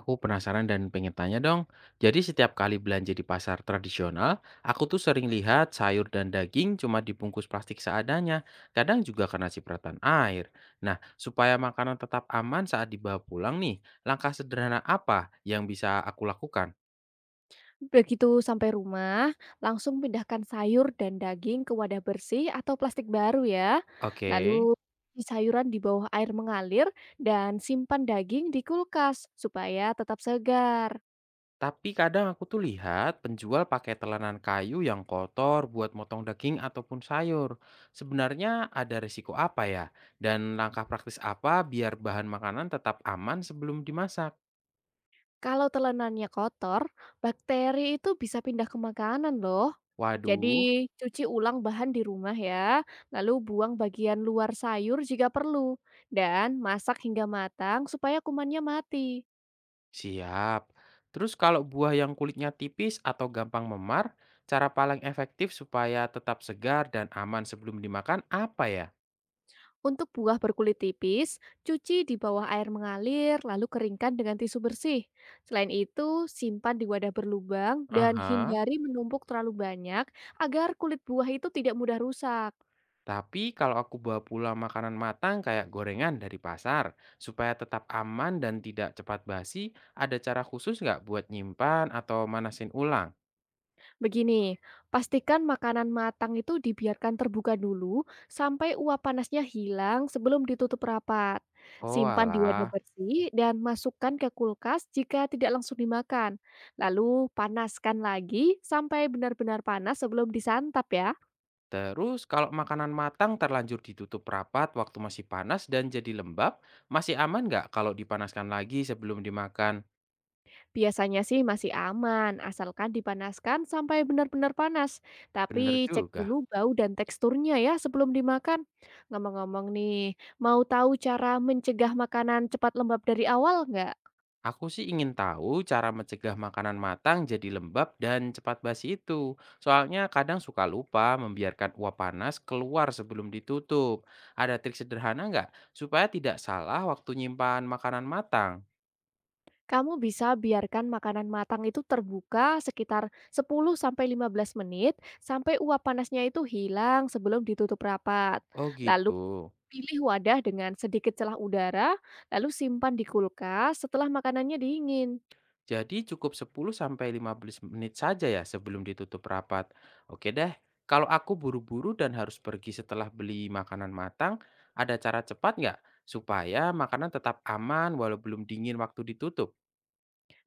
Aku penasaran dan pengen tanya dong. Jadi setiap kali belanja di pasar tradisional, aku tuh sering lihat sayur dan daging cuma dibungkus plastik seadanya. Kadang juga karena cipratan air. Nah, supaya makanan tetap aman saat dibawa pulang nih, langkah sederhana apa yang bisa aku lakukan? Begitu sampai rumah, langsung pindahkan sayur dan daging ke wadah bersih atau plastik baru ya. Oke. Lalu cuci sayuran di bawah air mengalir dan simpan daging di kulkas supaya tetap segar. Tapi kadang aku tuh lihat penjual pakai telanan kayu yang kotor buat motong daging ataupun sayur. Sebenarnya ada risiko apa ya? Dan langkah praktis apa biar bahan makanan tetap aman sebelum dimasak? Kalau telanannya kotor, bakteri itu bisa pindah ke makanan loh. Waduh, Jadi cuci ulang bahan di rumah ya, lalu buang bagian luar sayur jika perlu, dan masak hingga matang supaya kumannya mati. siap. Terus kalau buah yang kulitnya tipis atau gampang memar, cara paling efektif supaya tetap segar dan aman sebelum dimakan apa ya? Untuk buah berkulit tipis, cuci di bawah air mengalir, lalu keringkan dengan tisu bersih. Selain itu, simpan di wadah berlubang dan Aha. hindari menumpuk terlalu banyak agar kulit buah itu tidak mudah rusak. Tapi kalau aku bawa pulang makanan matang kayak gorengan dari pasar, supaya tetap aman dan tidak cepat basi, ada cara khusus nggak buat nyimpan atau manasin ulang? Begini, pastikan makanan matang itu dibiarkan terbuka dulu sampai uap panasnya hilang sebelum ditutup rapat. Oh Simpan di wadah alah. bersih dan masukkan ke kulkas jika tidak langsung dimakan. Lalu panaskan lagi sampai benar-benar panas sebelum disantap ya. Terus kalau makanan matang terlanjur ditutup rapat waktu masih panas dan jadi lembab, masih aman nggak kalau dipanaskan lagi sebelum dimakan? Biasanya sih masih aman, asalkan dipanaskan sampai benar-benar panas. Bener Tapi cek juga. dulu bau dan teksturnya ya sebelum dimakan. Ngomong-ngomong nih, mau tahu cara mencegah makanan cepat lembab dari awal nggak? Aku sih ingin tahu cara mencegah makanan matang jadi lembab dan cepat basi itu. Soalnya kadang suka lupa membiarkan uap panas keluar sebelum ditutup. Ada trik sederhana nggak supaya tidak salah waktu nyimpan makanan matang? Kamu bisa biarkan makanan matang itu terbuka sekitar 10-15 menit sampai uap panasnya itu hilang sebelum ditutup rapat. Oh Lalu gitu. pilih wadah dengan sedikit celah udara, lalu simpan di kulkas setelah makanannya dingin. Jadi cukup 10 sampai 15 menit saja ya sebelum ditutup rapat. Oke deh, kalau aku buru-buru dan harus pergi setelah beli makanan matang, ada cara cepat nggak supaya makanan tetap aman walau belum dingin waktu ditutup?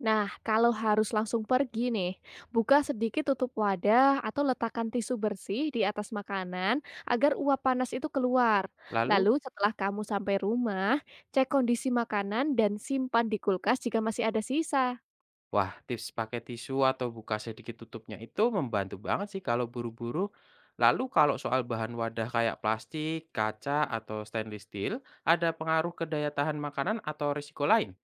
Nah, kalau harus langsung pergi nih, buka sedikit tutup wadah atau letakkan tisu bersih di atas makanan agar uap panas itu keluar. Lalu, Lalu setelah kamu sampai rumah, cek kondisi makanan dan simpan di kulkas jika masih ada sisa. wah, tips pakai tisu atau buka sedikit tutupnya itu membantu banget sih kalau buru-buru. Lalu kalau soal bahan wadah kayak plastik, kaca, atau stainless steel, ada pengaruh ke daya tahan makanan atau risiko lain?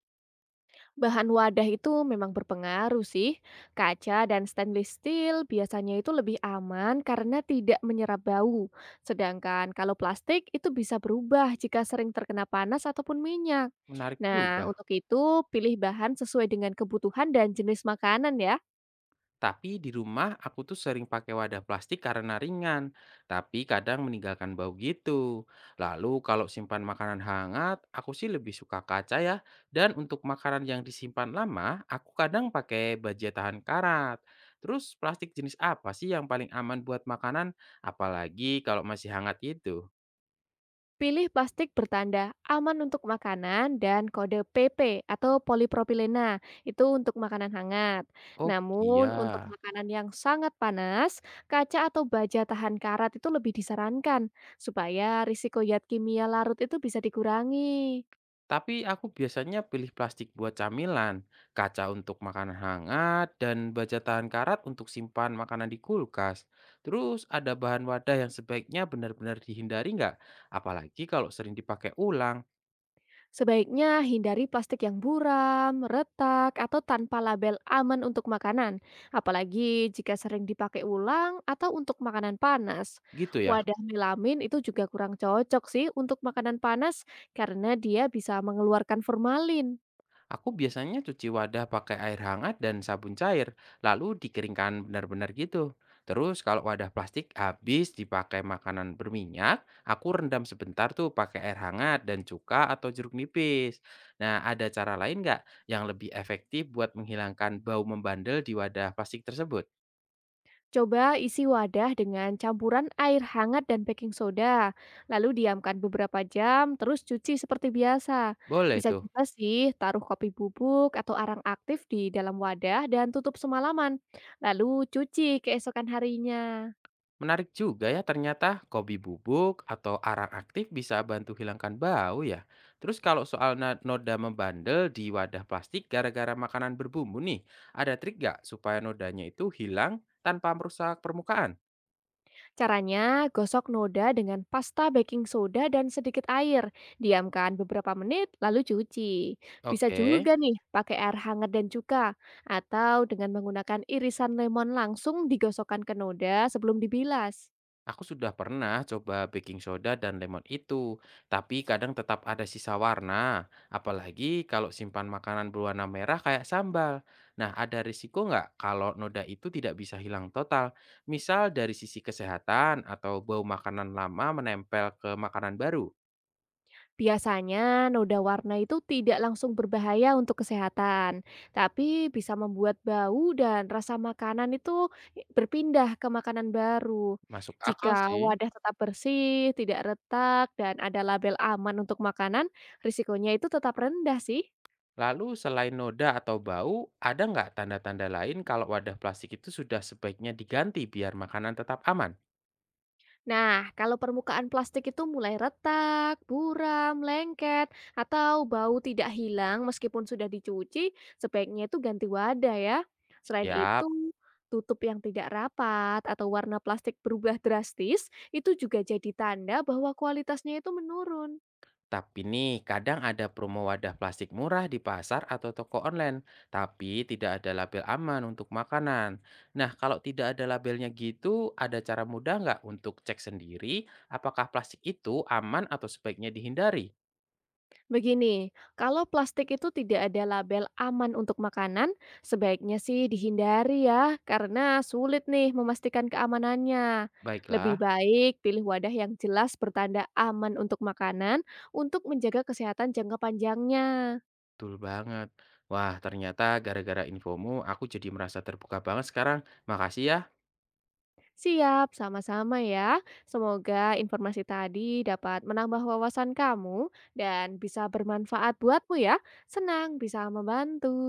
Bahan wadah itu memang berpengaruh sih. Kaca dan stainless steel biasanya itu lebih aman karena tidak menyerap bau. Sedangkan kalau plastik itu bisa berubah jika sering terkena panas ataupun minyak. Menarik Nah, juga. untuk itu pilih bahan sesuai dengan kebutuhan dan jenis makanan ya. Tapi di rumah aku tuh sering pakai wadah plastik karena ringan, tapi kadang meninggalkan bau gitu. Lalu kalau simpan makanan hangat, aku sih lebih suka kaca ya. Dan untuk makanan yang disimpan lama, aku kadang pakai baja tahan karat. Terus plastik jenis apa sih yang paling aman buat makanan? Apalagi kalau masih hangat gitu. Pilih plastik bertanda aman untuk makanan dan kode PP atau polipropilena itu untuk makanan hangat. Oh Namun iya. untuk makanan yang sangat panas, kaca atau baja tahan karat itu lebih disarankan supaya risiko zat kimia larut itu bisa dikurangi. Tapi aku biasanya pilih plastik buat camilan, kaca untuk makanan hangat, dan baja tahan karat untuk simpan makanan di kulkas. Terus ada bahan wadah yang sebaiknya benar-benar dihindari nggak? Apalagi kalau sering dipakai ulang, Sebaiknya hindari plastik yang buram, retak, atau tanpa label aman untuk makanan, apalagi jika sering dipakai ulang atau untuk makanan panas. gitu ya. Wadah melamin itu juga kurang cocok sih untuk makanan panas karena dia bisa mengeluarkan formalin. Aku biasanya cuci wadah pakai air hangat dan sabun cair, lalu dikeringkan benar-benar gitu. Terus kalau wadah plastik habis dipakai makanan berminyak, aku rendam sebentar tuh pakai air hangat dan cuka atau jeruk nipis. Nah, ada cara lain nggak yang lebih efektif buat menghilangkan bau membandel di wadah plastik tersebut? Coba isi wadah dengan campuran air hangat dan baking soda, lalu diamkan beberapa jam, terus cuci seperti biasa. Boleh Bisa tuh. juga sih taruh kopi bubuk atau arang aktif di dalam wadah dan tutup semalaman, lalu cuci keesokan harinya. Menarik juga ya ternyata kopi bubuk atau arang aktif bisa bantu hilangkan bau ya. Terus kalau soal noda membandel di wadah plastik gara-gara makanan berbumbu nih, ada trik nggak supaya nodanya itu hilang tanpa merusak permukaan? Caranya, gosok noda dengan pasta baking soda dan sedikit air. Diamkan beberapa menit, lalu cuci. Bisa Oke. juga nih pakai air hangat dan cuka, atau dengan menggunakan irisan lemon langsung digosokkan ke noda sebelum dibilas. Aku sudah pernah coba baking soda dan lemon itu, tapi kadang tetap ada sisa warna, apalagi kalau simpan makanan berwarna merah kayak sambal. Nah, ada risiko nggak kalau noda itu tidak bisa hilang total? Misal dari sisi kesehatan atau bau makanan lama menempel ke makanan baru? Biasanya, noda warna itu tidak langsung berbahaya untuk kesehatan, tapi bisa membuat bau dan rasa makanan itu berpindah ke makanan baru. Masuk akal Jika sih. wadah tetap bersih, tidak retak, dan ada label aman untuk makanan, risikonya itu tetap rendah sih. Lalu selain noda atau bau, ada nggak tanda-tanda lain kalau wadah plastik itu sudah sebaiknya diganti biar makanan tetap aman? Nah, kalau permukaan plastik itu mulai retak, buram, lengket, atau bau tidak hilang meskipun sudah dicuci, sebaiknya itu ganti wadah ya. Selain Siap. itu, tutup yang tidak rapat atau warna plastik berubah drastis, itu juga jadi tanda bahwa kualitasnya itu menurun. Tapi nih, kadang ada promo wadah plastik murah di pasar atau toko online, tapi tidak ada label aman untuk makanan. Nah, kalau tidak ada labelnya gitu, ada cara mudah nggak untuk cek sendiri apakah plastik itu aman atau sebaiknya dihindari? Begini, kalau plastik itu tidak ada label aman untuk makanan, sebaiknya sih dihindari ya, karena sulit nih memastikan keamanannya. Lebih Baiklah, baik pilih wadah yang jelas bertanda aman untuk makanan untuk menjaga kesehatan jangka panjangnya. betul banget. Wah, ternyata gara-gara infomu aku jadi merasa terbuka banget sekarang. Makasih ya. Siap, sama-sama ya. Semoga informasi tadi dapat menambah wawasan kamu dan bisa bermanfaat buatmu ya. Senang bisa membantu.